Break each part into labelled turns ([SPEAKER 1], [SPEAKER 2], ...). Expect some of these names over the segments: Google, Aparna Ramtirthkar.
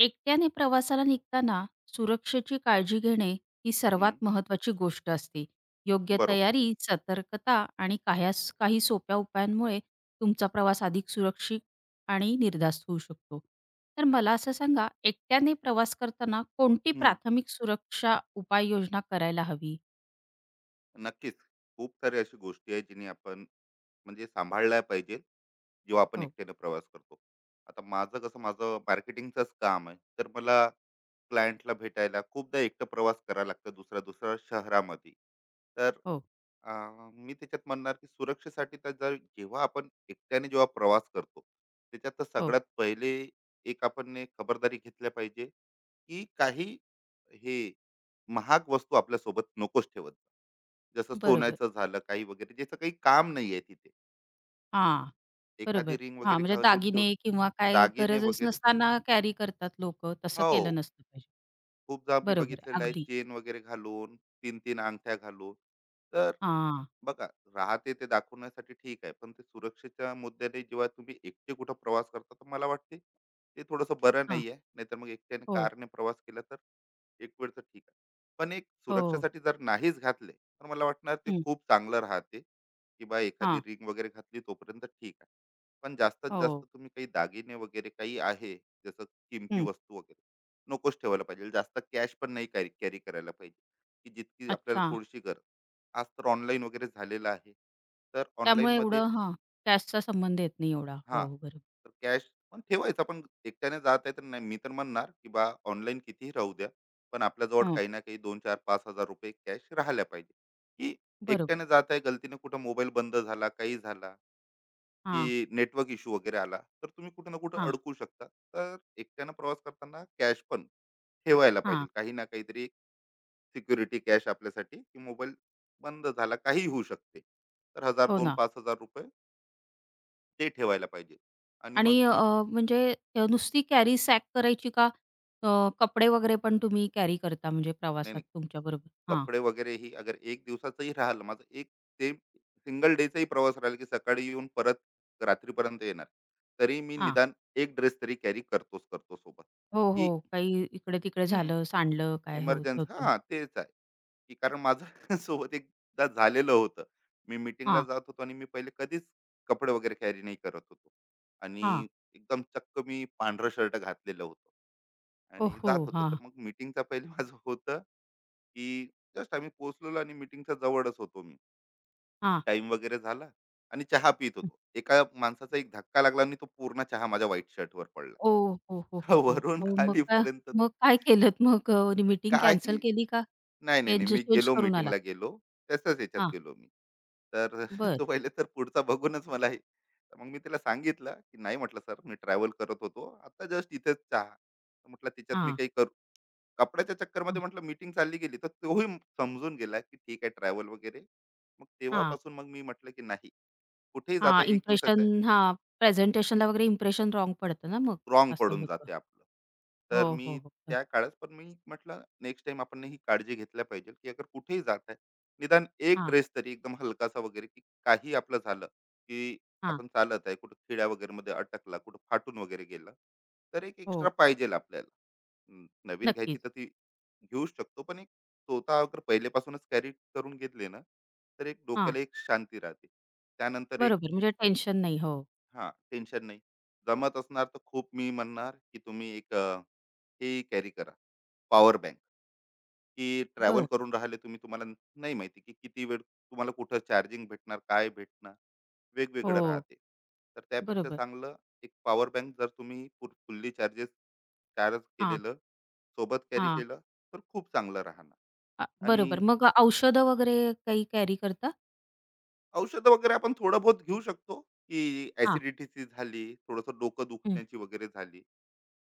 [SPEAKER 1] एकट्याने प्रवासाला निघताना सुरक्षेची काळजी घेणे ही
[SPEAKER 2] हं,
[SPEAKER 1] सर्वात महत्वाची गोष्ट असते. योग्य
[SPEAKER 2] बरोबर.
[SPEAKER 1] तयारी, सतर्कता आणि काह्यास काही सोप्या उपायांमुळे तुमचा प्रवास अधिक सुरक्षित आणि निर्धास्त होऊ शकतो. तर मला असं सांगा, एकट्याने प्रवास करताना कोणती
[SPEAKER 2] हं,
[SPEAKER 1] प्राथमिक सुरक्षा उपाययोजना करायला हवी?
[SPEAKER 2] नक्कीच. खूप साऱ्या अशा गोष्टी आहेत जिनी आपण म्हणजे सांभाळल्या पाहिजे जेव्हा आपण
[SPEAKER 1] हो,
[SPEAKER 2] एकट्याने प्रवास करतो. आता माझं कसं मार्केटिंगचंच काम आहे. तर मला क्लायंटला भेटायला खूपदा एकटं प्रवास करावा लागतो दुसऱ्या-दुसऱ्या शहरामध्ये. तर
[SPEAKER 1] हो,
[SPEAKER 2] मी त्याच्यात म्हणणार की सुरक्षेसाठी तर जेव्हा आपण एकट्याने प्रवास करतो त्याच्यात तर
[SPEAKER 1] हो.
[SPEAKER 2] सगळ्यात पहिले एक आपण ने खबरदारी घेतल्या पाहिजे की काही हे महाग वस्तू आपल्यासोबत नकोच ठेवत जा. जसं
[SPEAKER 1] बरोबर.
[SPEAKER 2] सोन्याचं झालं काही वगैरे ज्याचं काही काम नाही आहे तिथे
[SPEAKER 1] हां,
[SPEAKER 2] एखादी
[SPEAKER 1] बरोबर.
[SPEAKER 2] रिंग
[SPEAKER 1] हां,
[SPEAKER 2] वगैरे
[SPEAKER 1] म्हणजे
[SPEAKER 2] घालून ठेव.
[SPEAKER 1] दागिने किंवा काय
[SPEAKER 2] दागिने
[SPEAKER 1] गरजच
[SPEAKER 2] वगैरे,
[SPEAKER 1] नसताना कॅरी करतात लोकं, तसं
[SPEAKER 2] हो,
[SPEAKER 1] केलं नसलं पाहिजे.
[SPEAKER 2] खूपदा मी
[SPEAKER 1] बरोबर,
[SPEAKER 2] बघितलेलं आहे
[SPEAKER 1] अगदी.
[SPEAKER 2] चेन वगैरे घालून, तीन तीन अंगठ्या घालून. तर
[SPEAKER 1] हां,
[SPEAKER 2] बघा, राहते ते दाखवण्यासाठी ठीक आहे पण ते सुरक्षेच्या मुद्द्याने जेव्हा तुम्ही एकटे कुठं प्रवास करता तर मला वाटते ते थोडंसं बरं
[SPEAKER 1] हां.
[SPEAKER 2] नाही आहे. नाहीतर मग एकट्याने
[SPEAKER 1] हो,
[SPEAKER 2] कारने प्रवास केला तर एक वेळ तर ठीक आहे पण एक
[SPEAKER 1] हो.
[SPEAKER 2] सुरक्षासाठी जर नाहीच घातले तर मला वाटणार ते
[SPEAKER 1] हं.
[SPEAKER 2] खूप चांगलं राहते की बा एखादी
[SPEAKER 1] हां.
[SPEAKER 2] रिंग वगैरे घातली तोपर्यंत ठीक आहे. पण जास्तीत जास्त
[SPEAKER 1] हो.
[SPEAKER 2] तुम्ही काही दागिने वगैरे काही आहे जसं किमती
[SPEAKER 1] हं.
[SPEAKER 2] वस्तू वगैरे नकोच ठेवायला पाहिजे. जास्त कॅश पण नाही कॅरी कॅरी करायला पाहिजे, की जितकी आपल्याला
[SPEAKER 1] अच्छा.
[SPEAKER 2] थोडीशी गरज. आज तर ऑनलाईन वगैरे झालेलं आहे. तर
[SPEAKER 1] त्यामुळे
[SPEAKER 2] ऑनलाईनमध्ये,
[SPEAKER 1] एवढं हां, कॅशचा संबंध येत नाही एवढा.
[SPEAKER 2] हां,
[SPEAKER 1] हो, हो, बरोबर.
[SPEAKER 2] तर कॅश पण ठेवायचा. पण एकट्याने जात आहे तर नाही, मी तर म्हणणार, की बा ऑनलाईन कितीही राहू द्या, पण आपल्याजवळ
[SPEAKER 1] हं.
[SPEAKER 2] काही ना काही 2, 4, 5,000 कॅश राहिल्या पाहिजे, की
[SPEAKER 1] बरोबर.
[SPEAKER 2] एकट्याने जात आहे गलतीने कुठं मोबाईल बंद झाला, काही झाला, की
[SPEAKER 1] हां,
[SPEAKER 2] नेटवर्क इश्यू वगैरे आला, तर तुम्ही कुठं ना कुठं
[SPEAKER 1] हां,
[SPEAKER 2] अडकू शकता. तर एकट्यानं प्रवास करताना कॅश पण ठेवायला पाहिजे,
[SPEAKER 1] हां.
[SPEAKER 2] काही ना काहीतरी सिक्युरिटी कॅश आपल्यासाठी, की मोबाईल बंद झाला काही होऊ शकते तर हजार
[SPEAKER 1] हो
[SPEAKER 2] दोन
[SPEAKER 1] ना.
[SPEAKER 2] पाच हजार रुपये ते ठेवायला पाहिजे. आणि
[SPEAKER 1] आणि
[SPEAKER 2] मग मी,
[SPEAKER 1] म्हणजे नुसती कॅरी सॅक करायची का अ, कपडे वगैरे पण तुम्ही कॅरी करता म्हणजे
[SPEAKER 2] नाही
[SPEAKER 1] प्रवासात
[SPEAKER 2] नाही,
[SPEAKER 1] तुमच्याबरोबर? हां,
[SPEAKER 2] कपडे वगैरे ही अगर एक दिवसाचंही राहिलं माझं, एक ते सिंगल डेचाही प्रवास राहिला की सकाळी येऊन परत रात्रीपर्यंत येणार, तरी मी
[SPEAKER 1] हां.
[SPEAKER 2] निदान एक ड्रेस तरी कॅरी करतोच करतो सोबत.
[SPEAKER 1] हो,
[SPEAKER 2] की
[SPEAKER 1] हो. काही इकडे-तिकडे
[SPEAKER 2] हम्म
[SPEAKER 1] झालं, सांडलं काय होत
[SPEAKER 2] इमर्जन्सी,
[SPEAKER 1] होतं.
[SPEAKER 2] तेच आहे, की कारण माझं सोबत एकदा झालेलं होतं. मी मीटिंगला
[SPEAKER 1] हां,
[SPEAKER 2] जात होतो आणि मी पहिले कधीच कपडे वगैरे कॅरी नाही करत होतो. आणि
[SPEAKER 1] हां.
[SPEAKER 2] एकदम चक्क मी पांढरं शर्ट घातलेलं होतं.
[SPEAKER 1] ओह
[SPEAKER 2] आणि
[SPEAKER 1] हो!
[SPEAKER 2] जात होतो. तर
[SPEAKER 1] हां,
[SPEAKER 2] मग मीटिंगचा पहिले माझं होतं, की जस्ट आम्ही पोहोचलेलो आणि मीटिंगच्या जवळच होतो मी.
[SPEAKER 1] हां.
[SPEAKER 2] टाईम वगैरे झाला आणि चहा पीत होतो. एका माणसाचा एक धक्का लागला आणि तो पूर्ण चहा माझ्या व्हाईट शर्टवर पडला.
[SPEAKER 1] ओह! हो, हो, हो, हो.
[SPEAKER 2] वरून
[SPEAKER 1] अहो, मग काय
[SPEAKER 2] खालीपर्यंत.
[SPEAKER 1] मग काय केलत मग मीटिंग कॅन्सल
[SPEAKER 2] काही
[SPEAKER 1] केली का?
[SPEAKER 2] नाही, नाही, नाही.
[SPEAKER 1] चेंज
[SPEAKER 2] मी
[SPEAKER 1] चेंज
[SPEAKER 2] गेलो,
[SPEAKER 1] करून आला?
[SPEAKER 2] मीटिंगला गेलो. तसंच ह्याच्यात
[SPEAKER 1] हां,
[SPEAKER 2] गेलो मी. तर
[SPEAKER 1] बरं.
[SPEAKER 2] तो पहिले तर पुढचा बघूनच मला हे, तर मग मी त्याला सांगितलं, की "नाही," म्हटलं, "सर मी ट्रॅव्हल करत होतो. आता जस्ट इथेच चहा." तर म्हटलं, "त्याच्यात मी
[SPEAKER 1] हां,
[SPEAKER 2] काही करू" कपड्याच्या
[SPEAKER 1] हां,
[SPEAKER 2] चक्करमध्ये म्हटलं मीटिंग चालली गेली, तर तोही समजून गेला, की ठीक आहे ट्रॅव्हल वगैरे. मग
[SPEAKER 1] हां,
[SPEAKER 2] तेव्हापासून मग मी म्हटलं, की "नाही, कुठेही
[SPEAKER 1] हां.
[SPEAKER 2] जाता 1 दिवसाचं
[SPEAKER 1] इम्प्रेशन
[SPEAKER 2] आहे.
[SPEAKER 1] हां, प्रेझेंटेशनला वगैरे इम्प्रेशन रॉंग पडतं ना मग,
[SPEAKER 2] रॉंग
[SPEAKER 1] असं
[SPEAKER 2] पडून
[SPEAKER 1] होतं.
[SPEAKER 2] जाते आपलं."
[SPEAKER 1] हो,
[SPEAKER 2] तर
[SPEAKER 1] हो,
[SPEAKER 2] मी
[SPEAKER 1] हो. बरं.
[SPEAKER 2] त्या काळात पण मी म्हटलं नेक्स्ट टाइम आपण ही काळजी घेतल्या पाहिजे, की अगर कुठेही जात आहे, निदान एक
[SPEAKER 1] हां,
[SPEAKER 2] ड्रेस तरी एकदम हलकासा वगैरे, की काही आपलं झालं, की
[SPEAKER 1] हां.
[SPEAKER 2] आपण चालत आहे, कुठं खिड्या वगैरेमध्ये अटकला, कुठं फाटून वगैरे गेला, तर एक एक्स्ट्रा
[SPEAKER 1] हो,
[SPEAKER 2] पाहिजेल आपल्याला. अं, नवीन घ्यायची
[SPEAKER 1] नक्कीच.
[SPEAKER 2] तर ती घेऊच शकतो, पण एक स्वतः अगर पहिलेपासूनच कॅरी करून घेतले ना, तर एक
[SPEAKER 1] हां,
[SPEAKER 2] डोक्याला एक शांती राहते. त्यानंतर एक,
[SPEAKER 1] बरोबर. म्हणजे टेन्शन नाही. हो,
[SPEAKER 2] हां, टेन्शन नाही. जमत असणार तर खूप मी म्हणणार, की तुम्ही एक हे कॅरी करा, पॉवर बँक, की ट्रॅव्हल
[SPEAKER 1] बरं.
[SPEAKER 2] करून राहिले तुम्ही, तुम्हाला नाही माहिती, की किती वेळ तुम्हाला कुठं चार्जिंग भेटणार, काय भेटणार, वेगवेगळं
[SPEAKER 1] हो,
[SPEAKER 2] राहते. तर त्यापेक्षा
[SPEAKER 1] बरोबर.
[SPEAKER 2] चांगलं एक पॉवर बँक जर तुम्ही फुल्ली चार्ज
[SPEAKER 1] हां,
[SPEAKER 2] केलेलं, सोबत कॅरी
[SPEAKER 1] हां.
[SPEAKER 2] केलं, तर खूप चांगलं राहणार.
[SPEAKER 1] बरोबर.
[SPEAKER 2] आणि
[SPEAKER 1] मग औषधं वगैरे काही कॅरी करता?
[SPEAKER 2] औषधं वगैरे आपण थोडं बहुत घेऊ शकतो, की
[SPEAKER 1] हां.
[SPEAKER 2] ॲसिडिटीची झाली, थोडंसं डोकं
[SPEAKER 1] हं,
[SPEAKER 2] दुखण्याची वगैरे झाली.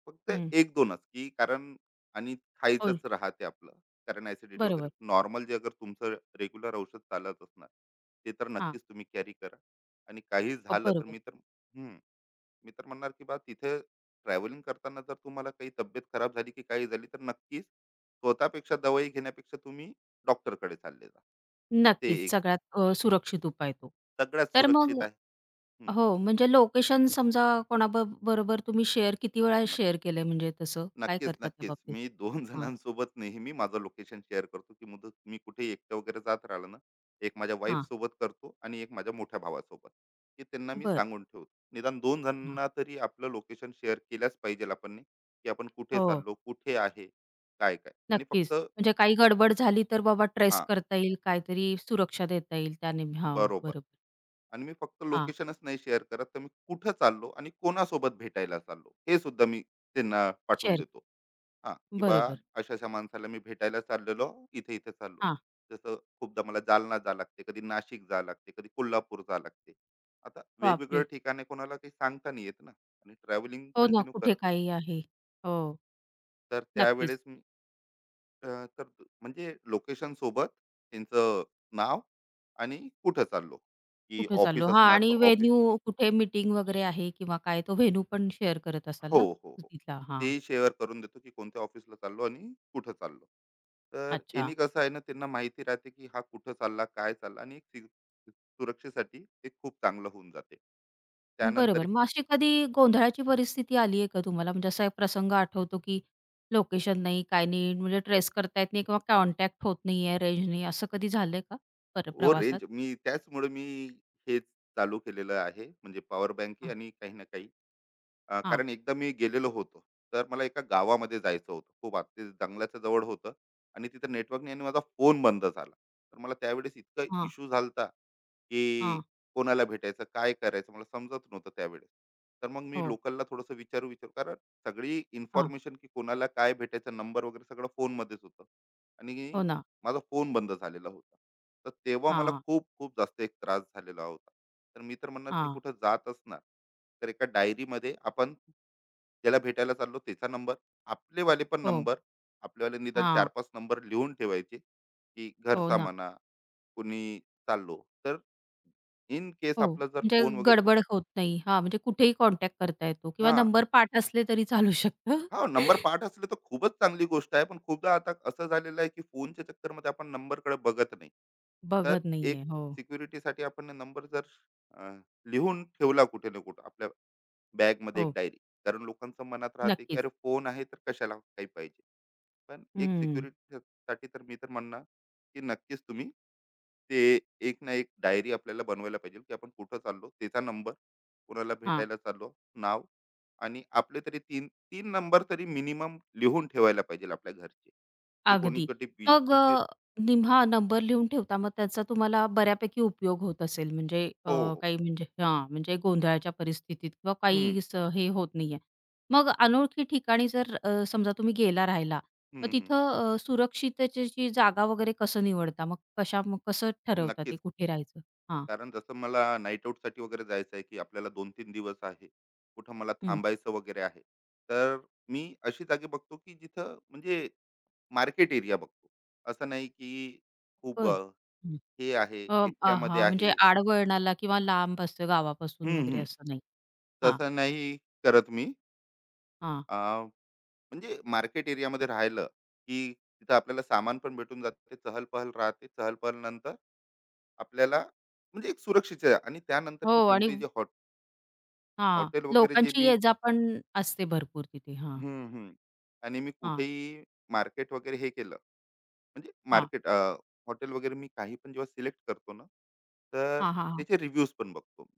[SPEAKER 2] फक्त
[SPEAKER 1] हं.
[SPEAKER 2] एक 2च, की कारण, आणि
[SPEAKER 1] हो,
[SPEAKER 2] खायचंच राहते आपलं. कारण ॲसिडिटी वगैरे
[SPEAKER 1] बरोबर.
[SPEAKER 2] नॉर्मल, जे अगर तुमचं रेग्युलर औषध चालत असणार, ते तर
[SPEAKER 1] हां,
[SPEAKER 2] नक्कीच तुम्ही कॅरी करा. आणि काही झालं तर
[SPEAKER 1] बरोबर.
[SPEAKER 2] मी तर, मी तर म्हणणार की बा तिथे ट्रॅव्हलिंग करताना जर तुम्हाला काही तब्येत खराब झाली की काही झाली तर नक्कीच स्वतःपेक्षा दवाई घेण्यापेक्षा तुम्ही डॉक्टरकडे चालले जा. ते
[SPEAKER 1] नक्कीच,
[SPEAKER 2] एक
[SPEAKER 1] सगळ्यात सुरक्षित उपाय तो.
[SPEAKER 2] सगळ्यात
[SPEAKER 1] तर मग
[SPEAKER 2] सुरक्षित आहे. हं.
[SPEAKER 1] हो, म्हणजे लोकेशन समजा कोणाब बरोबर तुम्ही शेअर किती वेळा शेअर केलंय म्हणजे तसं? काय
[SPEAKER 2] नक्कीच,
[SPEAKER 1] करता त्या
[SPEAKER 2] नक्कीच.
[SPEAKER 1] बाबतीत?
[SPEAKER 2] मी 2
[SPEAKER 1] हां,
[SPEAKER 2] जणांसोबत नेहमी माझं लोकेशन शेअर करतो, की मुदत मी कुठे एकटं वगैरे जात राहिलं ना, एक माझ्या
[SPEAKER 1] हां.
[SPEAKER 2] वाईफसोबत करतो आणि एक माझ्या मोठ्या भावासोबत, की त्यांना मी
[SPEAKER 1] बरं.
[SPEAKER 2] सांगून ठेवतो. निदान दोन
[SPEAKER 1] हां.
[SPEAKER 2] जणांना तरी आपलं लोकेशन शेअर केल्याच पाहिजे आपण नी, की आपण कुठे
[SPEAKER 1] हो,
[SPEAKER 2] चाललो, कुठे आहे, काय-काय आणि फक्त,
[SPEAKER 1] नक्कीच. म्हणजे काही गडबड झाली तर बाबा ट्रेस
[SPEAKER 2] हां,
[SPEAKER 1] करता येईल, काहीतरी सुरक्षा देता येईल त्याने हो,
[SPEAKER 2] बरोबर.
[SPEAKER 1] बरोबर.
[SPEAKER 2] आणि मी फक्त
[SPEAKER 1] हां,
[SPEAKER 2] लोकेशनच नाही शेअर करत, तर मी कुठं चाललो आणि कोणासोबत भेटायला चाललो, हे सुद्धा मी त्यांना पाठवून
[SPEAKER 1] शेअर
[SPEAKER 2] देतो. हा, की बा
[SPEAKER 1] बरोबर.
[SPEAKER 2] अशाशा माणसाला मी भेटायला चाललेलो, इथे इथे चाललो.
[SPEAKER 1] हां,
[SPEAKER 2] जसं खूपदा मला जालना जा लागते, कधी नाशिक जा लागते, कधी कोल्हापूर जा लागते. आता वेगवेगळं
[SPEAKER 1] बापरे!
[SPEAKER 2] ठिकाणे, कोणाला काही सांगता नाही येत ना, आणि ट्रॅव्हलिंग
[SPEAKER 1] हो ना,
[SPEAKER 2] कंटिन्यू
[SPEAKER 1] कुठे
[SPEAKER 2] करत,
[SPEAKER 1] काही आहे. हो,
[SPEAKER 2] तर त्यावेळेस
[SPEAKER 1] नक्कीच.
[SPEAKER 2] मी, तर म्हणजे लोकेशन सोबत त्यांचं नाव आणि कुठं चाललो, की
[SPEAKER 1] कुठे
[SPEAKER 2] ऑफिस
[SPEAKER 1] चाललो? हां
[SPEAKER 2] असणार
[SPEAKER 1] आणि
[SPEAKER 2] तर ऑफिस,
[SPEAKER 1] व्हेन्यू कुठे मीटिंग वगैरे आहे किंवा काय तो व्हेन्यू पण शेअर करत असाल
[SPEAKER 2] हो
[SPEAKER 1] ना
[SPEAKER 2] हो हो
[SPEAKER 1] तिथला? हां.
[SPEAKER 2] ते शेअर करून देतो की कोणत्या ऑफिसला चाललो आणि कुठं चाललो. तर
[SPEAKER 1] अच्छा.
[SPEAKER 2] यांनी कसं आहे ना, त्यांना माहिती राहते की हा कुठं चालला काय चालला. आणि एक सुरक्षेसाठी ते खूप चांगलं होऊन जाते. त्यानंतर
[SPEAKER 1] बरोबर.
[SPEAKER 2] एक,
[SPEAKER 1] मग अशी कधी गोंधळाची परिस्थिती आली आहे का तुम्हाला? म्हणजे असा एक प्रसंग आठवतो, की लोकेशन नाही, काय नाही, म्हणजे ट्रेस करता येत नाही किंवा कॉन्टॅक्ट होत नाही आहे, रेंज नाही, असं कधी झालंय का
[SPEAKER 2] ओ
[SPEAKER 1] प्रवासात?
[SPEAKER 2] रेंज, मी त्याचमुळे मी हे चालू केलेलं आहे, म्हणजे पॉवर बँक
[SPEAKER 1] हां,
[SPEAKER 2] आणि काही ना काही.
[SPEAKER 1] हां,
[SPEAKER 2] कारण एकदा मी गेलेलो होतो. तर मला एका गावामध्ये जायचं होतं. खूप आत ते जंगलाच्या जवळ होतं आणि तिथं नेटवर्क नाही आणि माझा फोन बंद झाला. तर मला त्यावेळेस इतका
[SPEAKER 1] हां,
[SPEAKER 2] इश्यू झाला होता, की
[SPEAKER 1] हां.
[SPEAKER 2] कोणाला भेटायचं, काय करायचं मला समजत नव्हतं त्यावेळेस. तर मग मी
[SPEAKER 1] हो.
[SPEAKER 2] लोकलला थोडंसं विचारू-विचारू, कारण सगळी
[SPEAKER 1] हां.
[SPEAKER 2] इन्फॉर्मेशन की कोणाला काय भेटायचं नंबर वगैरे सगळं फोनमध्येच होतं आणि
[SPEAKER 1] हो ना.
[SPEAKER 2] माझा फोन बंद झालेला होता. तर तेव्हा मला
[SPEAKER 1] हां,
[SPEAKER 2] खूप-खूप जास्त एक त्रास झालेला होता. तर मी तर म्हणणार की
[SPEAKER 1] हां.
[SPEAKER 2] कुठं जात असणार, तर एका डायरीमध्ये आपण ज्याला भेटायला चाललो त्याचा नंबर, आपलेवाले पण
[SPEAKER 1] हो.
[SPEAKER 2] नंबर, आपलेवाले निदान चार
[SPEAKER 1] हां.
[SPEAKER 2] पाच नंबर लिहून ठेवायचे, की
[SPEAKER 1] हो
[SPEAKER 2] घरचा
[SPEAKER 1] ना.
[SPEAKER 2] म्हणा, कुणी, चाललो तर इन केस
[SPEAKER 1] हो,
[SPEAKER 2] आपला जर
[SPEAKER 1] म्हणजे
[SPEAKER 2] फोन वगैरे कुठ.
[SPEAKER 1] गडबड होत नाही. हां, म्हणजे कुठेही कॉन्टॅक्ट करता येतो किंवा
[SPEAKER 2] हा,
[SPEAKER 1] नंबर पाठ असले तरी चालू शकतं.
[SPEAKER 2] हा नंबर पाठ असले तर खूपच चांगली गोष्ट आहे, पण खूपदा आता असं झालेलं आहे की फोनच्या चक्करमध्ये आपण नंबरकडे बघत नाही. तर
[SPEAKER 1] बघत
[SPEAKER 2] एक
[SPEAKER 1] नाहीये. हो,
[SPEAKER 2] सिक्युरिटीसाठी आपण नंबर जर अ, लिहून ठेवला कुठे ना कुठं, आपल्या बॅग मध्ये एक
[SPEAKER 1] हो.
[SPEAKER 2] डायरी. कारण लोकांचं मनात राहते की
[SPEAKER 1] नक्कीच.
[SPEAKER 2] अरे फोन आहे तर कशाला काही पाहिजे, पण एक
[SPEAKER 1] हं.
[SPEAKER 2] सिक्युरिटी साठी तर मी तर म्हणणार की नक्कीच तुम्ही ते एक ना एक डायरी आपल्याला बनवायला पाहिजे, की आपण कुठं चाललो त्याचा नंबर, कोणाला
[SPEAKER 1] हां.
[SPEAKER 2] भेटायला चाललो, नाव, आणि आपले तरी 3-3 नंबर तरी मिनिमम लिहून ठेवायला पाहिजे आपल्या घरचे, की कोणी
[SPEAKER 1] अगदी.
[SPEAKER 2] कधी
[SPEAKER 1] मग
[SPEAKER 2] बिझी.
[SPEAKER 1] निम्हा नंबर लिहून ठेवता, मग त्याचा तुम्हाला बऱ्यापैकी उपयोग होत असेल म्हणजे
[SPEAKER 2] हो हो
[SPEAKER 1] काही म्हणजे हां, म्हणजे गोंधळाच्या परिस्थितीत किंवा
[SPEAKER 2] हम्म
[SPEAKER 1] काही स हे होत नाहीये. मग अनोळखी ठिकाणी जर समजा तुम्ही गेला राहायला, मग
[SPEAKER 2] हम्म हम्म
[SPEAKER 1] तिथं सुरक्षिततेची जी जागा वगैरे कसं निवडता? मग कसं ठरवता ते
[SPEAKER 2] नक्कीच.
[SPEAKER 1] कुठे राहायचं? हां.
[SPEAKER 2] कारण जसं मला नाईट आउटसाठी वगैरे जायचं आहे की आपल्याला 2-3 दिवस आहे, कुठं मला
[SPEAKER 1] हं.
[SPEAKER 2] थांबायचं वगैरे आहे. तर मी अशी जागी बघतो की जिथं, म्हणजे मार्केट एरिया बघतो. असं नाही की खूप
[SPEAKER 1] बरं. हं.
[SPEAKER 2] हे आहे,
[SPEAKER 1] अ,
[SPEAKER 2] एकट्यामध्ये
[SPEAKER 1] हां, म्हणजे
[SPEAKER 2] आहे.
[SPEAKER 1] आडवळणाला किंवा लांब असतं गावापासून
[SPEAKER 2] हं,
[SPEAKER 1] वगैरे
[SPEAKER 2] हं.
[SPEAKER 1] असं नाही. हां,
[SPEAKER 2] तसं नाही करत मी.
[SPEAKER 1] हां.
[SPEAKER 2] अ, म्हणजे मार्केट एरियामध्ये राहिलं की तिथं आपल्याला सामान पण भेटून जाते. चहल-पहल राहते. चहल-पहल नंतर आपल्याला म्हणजे एक सुरक्षित आहे. आणि त्यानंतर
[SPEAKER 1] हो
[SPEAKER 2] मी
[SPEAKER 1] आणि
[SPEAKER 2] कोणतेही जे
[SPEAKER 1] हां,
[SPEAKER 2] हॉटेल वगैरे जे
[SPEAKER 1] लोकांची
[SPEAKER 2] मी,
[SPEAKER 1] ये-जा पण असते भरपूर तिथे. हां,
[SPEAKER 2] हं, हं. आणि मी
[SPEAKER 1] हां,
[SPEAKER 2] कुठेही मार्केट वगैरे हे केलं, म्हणजे
[SPEAKER 1] हां,
[SPEAKER 2] मार्केट हॉटेल वगैरे मी काही पण जेव्हा सिलेक्ट करतो ना, तर
[SPEAKER 1] हां, हां, हां.
[SPEAKER 2] त्याचे रिव्ह्यूज पण बघतो, मी,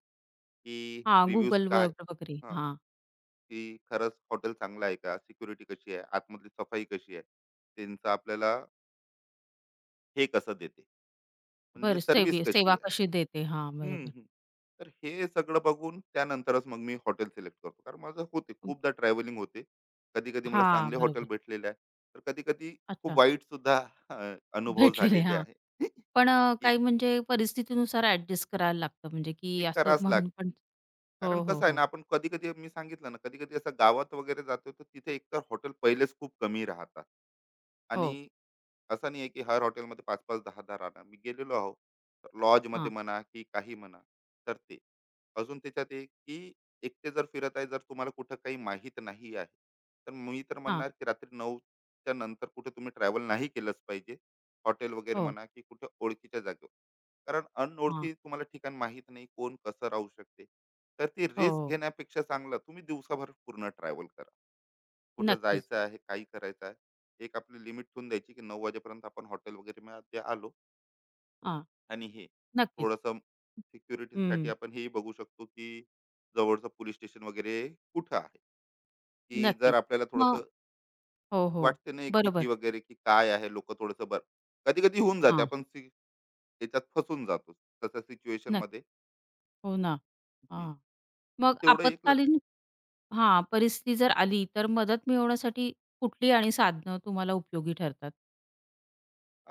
[SPEAKER 2] की
[SPEAKER 1] हां,
[SPEAKER 2] रिव्ह्यूज काय,
[SPEAKER 1] Googleवर वगैरे.
[SPEAKER 2] हां,
[SPEAKER 1] हां,
[SPEAKER 2] की खरंच हॉटेल चांगलं आहे का? सिक्युरिटी कशी आहे? आतमधली सफाई कशी आहे? त्यांचं आपल्याला हे कसं देते? म्हणजे
[SPEAKER 1] बरं
[SPEAKER 2] सर्व्हिस
[SPEAKER 1] सेवा
[SPEAKER 2] कशी आहे.
[SPEAKER 1] कशी देते. हां,
[SPEAKER 2] हं,
[SPEAKER 1] बरोबर.
[SPEAKER 2] हं. तर हे सगळं बघून त्यानंतरच मग मी हॉटेल सिलेक्ट करतो. कारण माझं होते
[SPEAKER 1] अं,
[SPEAKER 2] खूपदा ट्रॅव्हलिंग होते. कधी-कधी मला
[SPEAKER 1] हां,
[SPEAKER 2] चांगले हॉटेल
[SPEAKER 1] बरोबर.
[SPEAKER 2] भेटलेले आहे. तर कधी-कधी
[SPEAKER 1] अच्छा,
[SPEAKER 2] खूप वाईट सुद्धा अ, अनुभव
[SPEAKER 1] भेटलेले.
[SPEAKER 2] झालेले
[SPEAKER 1] हां,
[SPEAKER 2] आहे.
[SPEAKER 1] पण
[SPEAKER 2] की
[SPEAKER 1] काही म्हणजे परिस्थितीनुसार ॲडजस्ट करायला लागतं म्हणजे
[SPEAKER 2] ते
[SPEAKER 1] की असं
[SPEAKER 2] करावंच
[SPEAKER 1] म्हणून
[SPEAKER 2] लागतं.
[SPEAKER 1] पण
[SPEAKER 2] कारण
[SPEAKER 1] हो, हो,
[SPEAKER 2] कसं आहे
[SPEAKER 1] हो,
[SPEAKER 2] ना, आपण कधी-कधी, मी सांगितलं ना, कधी-कधी असं गावात वगैरे जातो, तर तिथे एकतर हॉटेल पहिलेच खूप कमी राहतात,
[SPEAKER 1] हो.
[SPEAKER 2] आणि असं नाही आहे की हर हॉटेलमध्ये 5-5, 10-10 राहणार. मी गेलेलो आहो लॉजमध्ये
[SPEAKER 1] हां,
[SPEAKER 2] म्हणा की काही म्हणा. तर ते, अजून त्याच्यात एक की, एकटे जर फिरत आहे, जर तुम्हाला कुठं काही माहीत नाही आहे, तर मी तर
[SPEAKER 1] हां,
[SPEAKER 2] म्हणणार की रात्री 9च्या नंतर कुठे तुम्ही ट्रॅव्हल नाही केलंच पाहिजे. हॉटेल वगैरे
[SPEAKER 1] हो,
[SPEAKER 2] म्हणा की कुठे ओळखीच्या जागेवर, कारण
[SPEAKER 1] हां,
[SPEAKER 2] अनओळखी तुम्हाला ठिकाण माहीत नाही, कोण कसं राहू शकते, तर ती
[SPEAKER 1] हो,
[SPEAKER 2] रिस्क
[SPEAKER 1] हो.
[SPEAKER 2] घेण्यापेक्षा चांगलं तुम्ही दिवसाभर पूर्ण ट्रॅव्हल करा, कुठं
[SPEAKER 1] नक्कीच.
[SPEAKER 2] जायचं आहे काही करायचं आहे. एक आपली लिमिट ठेवून द्यायची की 9 वाजेपर्यंत आपण हॉटेल वगैरे मध्ये आलो.
[SPEAKER 1] हां,
[SPEAKER 2] आणि हे
[SPEAKER 1] नक्कीच.
[SPEAKER 2] थोडंसं सिक्युरिटीसाठी
[SPEAKER 1] हं,
[SPEAKER 2] आपण हेही बघू शकतो की जवळचं पोलीस स्टेशन वगैरे कुठं आहे, की जर
[SPEAKER 1] नक्कीच.
[SPEAKER 2] आपल्याला
[SPEAKER 1] मग
[SPEAKER 2] थोडंसं
[SPEAKER 1] हो, हो.
[SPEAKER 2] वाटते ना एक
[SPEAKER 1] बरोबर.
[SPEAKER 2] भीती वगैरे, की काय आहे लोक थोडंसं बरं. कधी कधी होऊन जाते
[SPEAKER 1] हां,
[SPEAKER 2] आपण याच्यात फसून जातो तसं सिच्युएशन
[SPEAKER 1] नक्की.
[SPEAKER 2] मध्ये.
[SPEAKER 1] हो ना.
[SPEAKER 2] हम्म.
[SPEAKER 1] हां,
[SPEAKER 2] तर
[SPEAKER 1] मग
[SPEAKER 2] तेवढं एक लक्षात.
[SPEAKER 1] आपत्कालीन हां, परिस्थिती जर आली, तर मदत मिळवण्यासाठी कुठली आणि साधनं तुम्हाला उपयोगी ठरतात?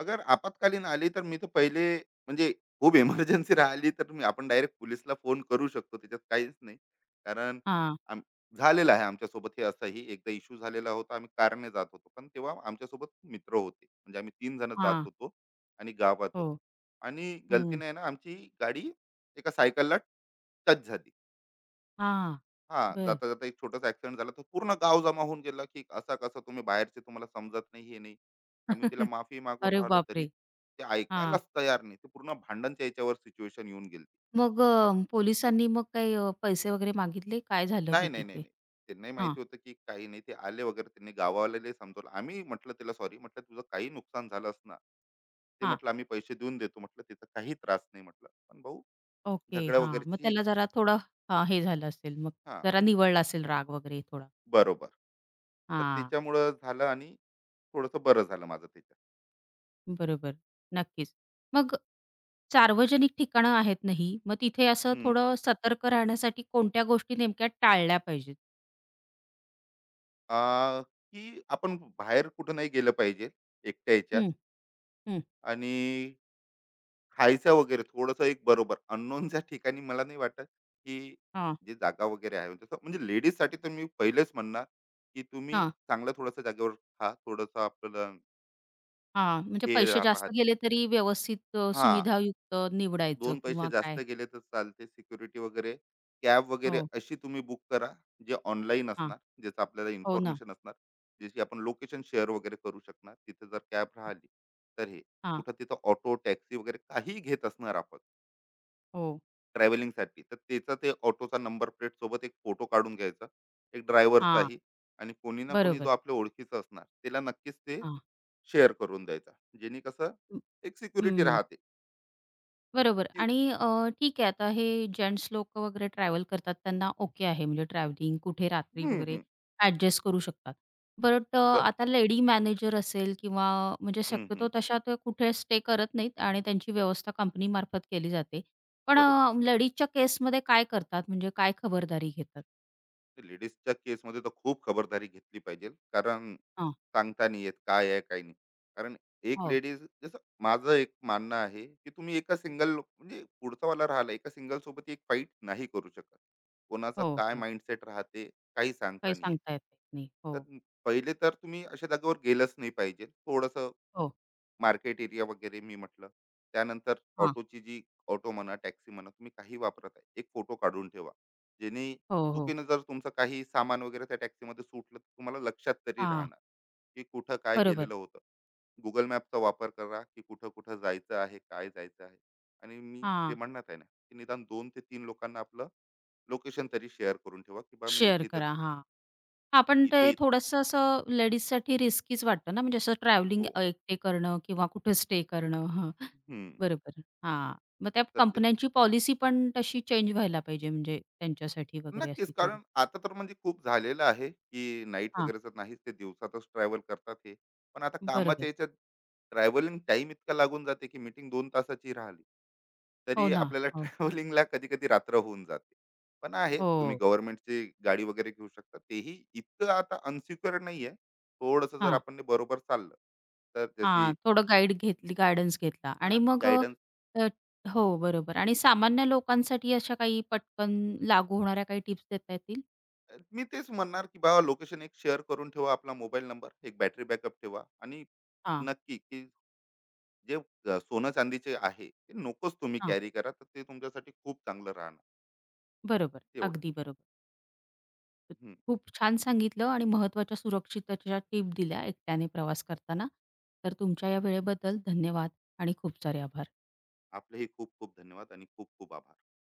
[SPEAKER 2] अगर आपत्कालीन आली तर मी तर पहिले म्हणजे, खूप इमर्जन्सी राहिली तर मी, आपण डायरेक्ट पोलिसला फोन करू शकतो, त्याच्यात काहीच नाही. कारण
[SPEAKER 1] हां,
[SPEAKER 2] आम- झालेलं आहे आमच्यासोबत. हे असंही एकदा इश्यू झालेला होता, आम्ही कारने जात होतो, पण तेव्हा आमच्यासोबत मित्र होते, म्हणजे आम्ही 3 जण जात
[SPEAKER 1] हां.
[SPEAKER 2] होतो आणि गावात
[SPEAKER 1] हो.
[SPEAKER 2] होतो. आणि
[SPEAKER 1] हं.
[SPEAKER 2] गलतीने आहे ना आमची गाडी एका सायकलला टच झाली.
[SPEAKER 1] हां.
[SPEAKER 2] हा,
[SPEAKER 1] बरं.
[SPEAKER 2] जाता जाता एक छोटासा ऍक्सिडेंट झाला. तर पूर्ण गाव जमा होऊन गेला, की असा कसा तुम्ही बाहेरचे, तुम्हाला समजत नाही हे नाही. आम्ही तिला माफी मागून
[SPEAKER 1] अरे
[SPEAKER 2] राहिलो तरी
[SPEAKER 1] बापरे!
[SPEAKER 2] ते
[SPEAKER 1] हां.
[SPEAKER 2] ऐकायलाच तयार नाही. ते पूर्ण भांडणच्या याच्यावर सिच्युएशन येऊन गेली.
[SPEAKER 1] मग
[SPEAKER 2] म्हटलं
[SPEAKER 1] पोलिसांनी मग काही पैसे वगैरे मागितले? काय झालं मग
[SPEAKER 2] नाही नाही नाही
[SPEAKER 1] तिथे?
[SPEAKER 2] नाही, त्यांनाही
[SPEAKER 1] हां,
[SPEAKER 2] माहिती होतं की काही नाही. ते आले वगैरे, त्यांनी गावावाल्यालाही समजवलं. आम्ही म्हटलं तिला सॉरी, म्हटलं तुझं काही नुकसान झालं असणार, ते
[SPEAKER 1] हां.
[SPEAKER 2] म्हटलं आम्ही पैसे देऊन देतो, म्हटलं तिचा काही त्रास नाही, म्हटलं पण भाऊ
[SPEAKER 1] ओके.
[SPEAKER 2] झगड्या
[SPEAKER 1] हां. मग
[SPEAKER 2] वगैरेची.
[SPEAKER 1] त्याला जरा थोडं हे झालं असेल मग.
[SPEAKER 2] हा,
[SPEAKER 1] जरा निवळला असेल राग वगैरे थोडा.
[SPEAKER 2] बरोबर. तर
[SPEAKER 1] हां.
[SPEAKER 2] त्याच्यामुळं झालं आणि थोडंसं बरं झालं माझं त्याच्यात.
[SPEAKER 1] बरोबर. नक्कीच. मग सार्वजनिक ठिकाणं आहेत ना ही, मग तिथे असं
[SPEAKER 2] हं.
[SPEAKER 1] थोडं सतर्क राहण्यासाठी कोणत्या गोष्टी नेमक्या टाळल्या पाहिजेत?
[SPEAKER 2] आ, की आपण बाहेर कुठं नाही गेलं पाहिजे एकट्या ह्याच्यात.
[SPEAKER 1] हं, हं.
[SPEAKER 2] आणि खायचं वगैरे थोडंसं, एक बरोबर अननोनच्या ठिकाणी मला नाही वाटत की
[SPEAKER 1] हां,
[SPEAKER 2] जे जागा वगैरे आहे तसं. म्हणजे लेडीजसाठी तर मी पहिलेच म्हणणार की तुम्ही
[SPEAKER 1] हां,
[SPEAKER 2] चांगलं थोडंसं जागेवर खा, थोडंसं आपलं
[SPEAKER 1] हां. म्हणजे
[SPEAKER 2] हे
[SPEAKER 1] पैसे जास्त
[SPEAKER 2] राहत.
[SPEAKER 1] गेले तरी व्यवस्थित
[SPEAKER 2] हा,
[SPEAKER 1] सुविधायुक्त निवडायचं
[SPEAKER 2] दोन पैसे
[SPEAKER 1] किंवा
[SPEAKER 2] जास्त
[SPEAKER 1] काय?
[SPEAKER 2] गेले तर चालते. सिक्युरिटी वगैरे, कॅब वगैरे
[SPEAKER 1] हो.
[SPEAKER 2] अशी तुम्ही बुक करा जे ऑनलाईन
[SPEAKER 1] हां.
[SPEAKER 2] असणार, ज्याचं आपल्याला
[SPEAKER 1] हो ना.
[SPEAKER 2] इन्फॉर्मेशन असणार, ज्याची आपण लोकेशन शेअर वगैरे करू शकणार, तिथे जर कॅब राहिली तर हे.
[SPEAKER 1] हां.
[SPEAKER 2] कुठं तिथं ऑटो टॅक्सी वगैरे काही घेत असणार आपण
[SPEAKER 1] हो.
[SPEAKER 2] ट्रॅव्हलिंगसाठी, तर त्याचा ते ऑटोचा नंबर प्लेट सोबत एक फोटो काढून घ्यायचा, एक
[SPEAKER 1] हां.
[SPEAKER 2] ड्रायव्हरचाही, आणि कोणी ना कोणी
[SPEAKER 1] बरोबर.
[SPEAKER 2] जो आपल्या ओळखीचा असणार त्याला नक्कीच ते
[SPEAKER 1] हां.
[SPEAKER 2] शेअर करून द्यायचा, जेणे कसं एक सिक्युरिटी
[SPEAKER 1] हं.
[SPEAKER 2] राहते
[SPEAKER 1] बरोबर
[SPEAKER 2] की.
[SPEAKER 1] आणि ठीक आहे आता हे जेंट्स लोकं वगैरे ट्रॅव्हल करतात त्यांना ओके आहे म्हणजे ट्रॅव्हलिंग कुठे रात्री
[SPEAKER 2] हम्म
[SPEAKER 1] वगैरे
[SPEAKER 2] हम्म
[SPEAKER 1] ॲडजस्ट करू शकतात. बट
[SPEAKER 2] ब-
[SPEAKER 1] आता लेडी मॅनेजर असेल किंवा म्हणजे
[SPEAKER 2] हम्म
[SPEAKER 1] शक्यतो
[SPEAKER 2] हम्म
[SPEAKER 1] तशा ते कुठे स्टे करत नाहीत आणि त्यांची व्यवस्था कंपनीमार्फत केली जाते. पण
[SPEAKER 2] बरोबर.
[SPEAKER 1] लेडीजच्या केसमध्ये काय करतात म्हणजे काय खबरदारी घेतात?
[SPEAKER 2] लेडीजच्या केसमध्ये तर खूप खबरदारी घेतली पाहिजे, कारण
[SPEAKER 1] हां.
[SPEAKER 2] सांगता नाही येत काय आहे काय नाही. कारण एक
[SPEAKER 1] हो,
[SPEAKER 2] लेडीज, जसं माझं एक मानणं आहे की तुम्ही एका सिंगल, म्हणजे पुढचा वाला राहिला, एका सिंगल सोबत एक फाईट नाही करू शकत. कोणाचं
[SPEAKER 1] हो,
[SPEAKER 2] काय
[SPEAKER 1] हो.
[SPEAKER 2] माइंडसेट राहते, काही सांगता
[SPEAKER 1] काही
[SPEAKER 2] नाही येत.
[SPEAKER 1] सांगता येत नाही. हो.
[SPEAKER 2] तर पहिले तर तुम्ही अशा जागेवर गेलंच नाही पाहिजे थोडस,
[SPEAKER 1] हो.
[SPEAKER 2] मार्केट एरिया वगैरे मी म्हटलं. त्यानंतर
[SPEAKER 1] हां.
[SPEAKER 2] ऑटोची जी, ऑटो म्हणा, टॅक्सी म्हणा, तुम्ही काही वापरत आहे, एक फोटो काढून ठेवा. जेणे
[SPEAKER 1] हो, हो.
[SPEAKER 2] चुकीनं जर तुमचं काही सामान वगैरे त्या टॅक्सीमध्ये सुटलं, तर तुम्हाला लक्षात तरी
[SPEAKER 1] हां.
[SPEAKER 2] राहणार, की कुठं काय
[SPEAKER 1] बरोबर.
[SPEAKER 2] गेलेलं होतं. Google मॅपचा वापर करा, की कुठं-कुठं जायचं आहे, काय जायचं आहे. आणि मी जे
[SPEAKER 1] हां.
[SPEAKER 2] म्हणत आहे ना, की निदान 2 ते 3 लोकांना आपलं लोकेशन तरी शेअर करून ठेवा, की बा मी
[SPEAKER 1] शेअर
[SPEAKER 2] इथे-इथे
[SPEAKER 1] करा. हां. हां, पण ते
[SPEAKER 2] इथे इत-
[SPEAKER 1] थोडंसं असं लेडीजसाठी रिस्कीच वाटतं ना, म्हणजे असं ट्रॅव्हलिंग
[SPEAKER 2] हो.
[SPEAKER 1] एकटे करणं किंवा कुठे स्टे करणं. हां,
[SPEAKER 2] हं.
[SPEAKER 1] बरोबर. हां, मग त्या
[SPEAKER 2] तर
[SPEAKER 1] कंपन्यांची पॉलिसी पण तशी चेंज व्हायला पाहिजे म्हणजे त्यांच्यासाठी वगैरे
[SPEAKER 2] नक्कीच.
[SPEAKER 1] अशी थोडी.
[SPEAKER 2] कारण आता तर म्हणजे खूप झालेलं आहे, की नाईट
[SPEAKER 1] हां,
[SPEAKER 2] वगैरेचं नाहीच, ते दिवसातच ट्रॅव्हल करतात हे. पण आता कामाच्या
[SPEAKER 1] बरोबर.
[SPEAKER 2] याच्यात ट्रॅव्हलिंग टाइम इतका लागून जाते, की मीटिंग 2 तासाची राहिली,
[SPEAKER 1] हो
[SPEAKER 2] तरी
[SPEAKER 1] ना.
[SPEAKER 2] आपल्याला
[SPEAKER 1] हो,
[SPEAKER 2] ट्रॅव्हलिंगला कधी-कधी रात्र होऊन जाते. पण आहे, तुम्ही
[SPEAKER 1] हो.
[SPEAKER 2] गव्हर्नमेंटची गाडी वगैरे घेऊ शकता. तेही इतकं आता अनसिक्युअर नाही आहे. थोडंसं जर
[SPEAKER 1] हां,
[SPEAKER 2] आपण बरोबर चाललं, तर जशी,
[SPEAKER 1] हां, थोडं गाईडन्स घेतला आणि
[SPEAKER 2] हां,
[SPEAKER 1] मग
[SPEAKER 2] गाईडन्स.
[SPEAKER 1] हो, बरोबर आणि सामान्य लोकांसाठी अशा काही पटकन लागू होणाऱ्या काही टिप्स देता येतील?
[SPEAKER 2] मी तेच म्हणणार, की बाबा लोकेशन एक शेअर करून ठेवा, आपला मोबाईल नंबर, एक बॅटरी बॅकअप ठेवा, आणि
[SPEAKER 1] हां,
[SPEAKER 2] नक्की की जे सोनं-चांदीचे आहे, ते नकोच तुम्ही
[SPEAKER 1] हां,
[SPEAKER 2] कॅरी करा. तर ते तुमच्यासाठी खूप चांगलं राहणार,
[SPEAKER 1] बरोबर.
[SPEAKER 2] तेवढं.
[SPEAKER 1] अगदी बरोबर.
[SPEAKER 2] हं.
[SPEAKER 1] खूप छान सांगितलं आणि महत्त्वाच्या सुरक्षिततेच्या टिप दिल्या एकट्याने प्रवास करताना. तर तुमच्या या वेळेबद्दल धन्यवाद आणि खूप सारे आभार.
[SPEAKER 2] आपलेही खूप खूप धन्यवाद आणि खूप खूप आभार.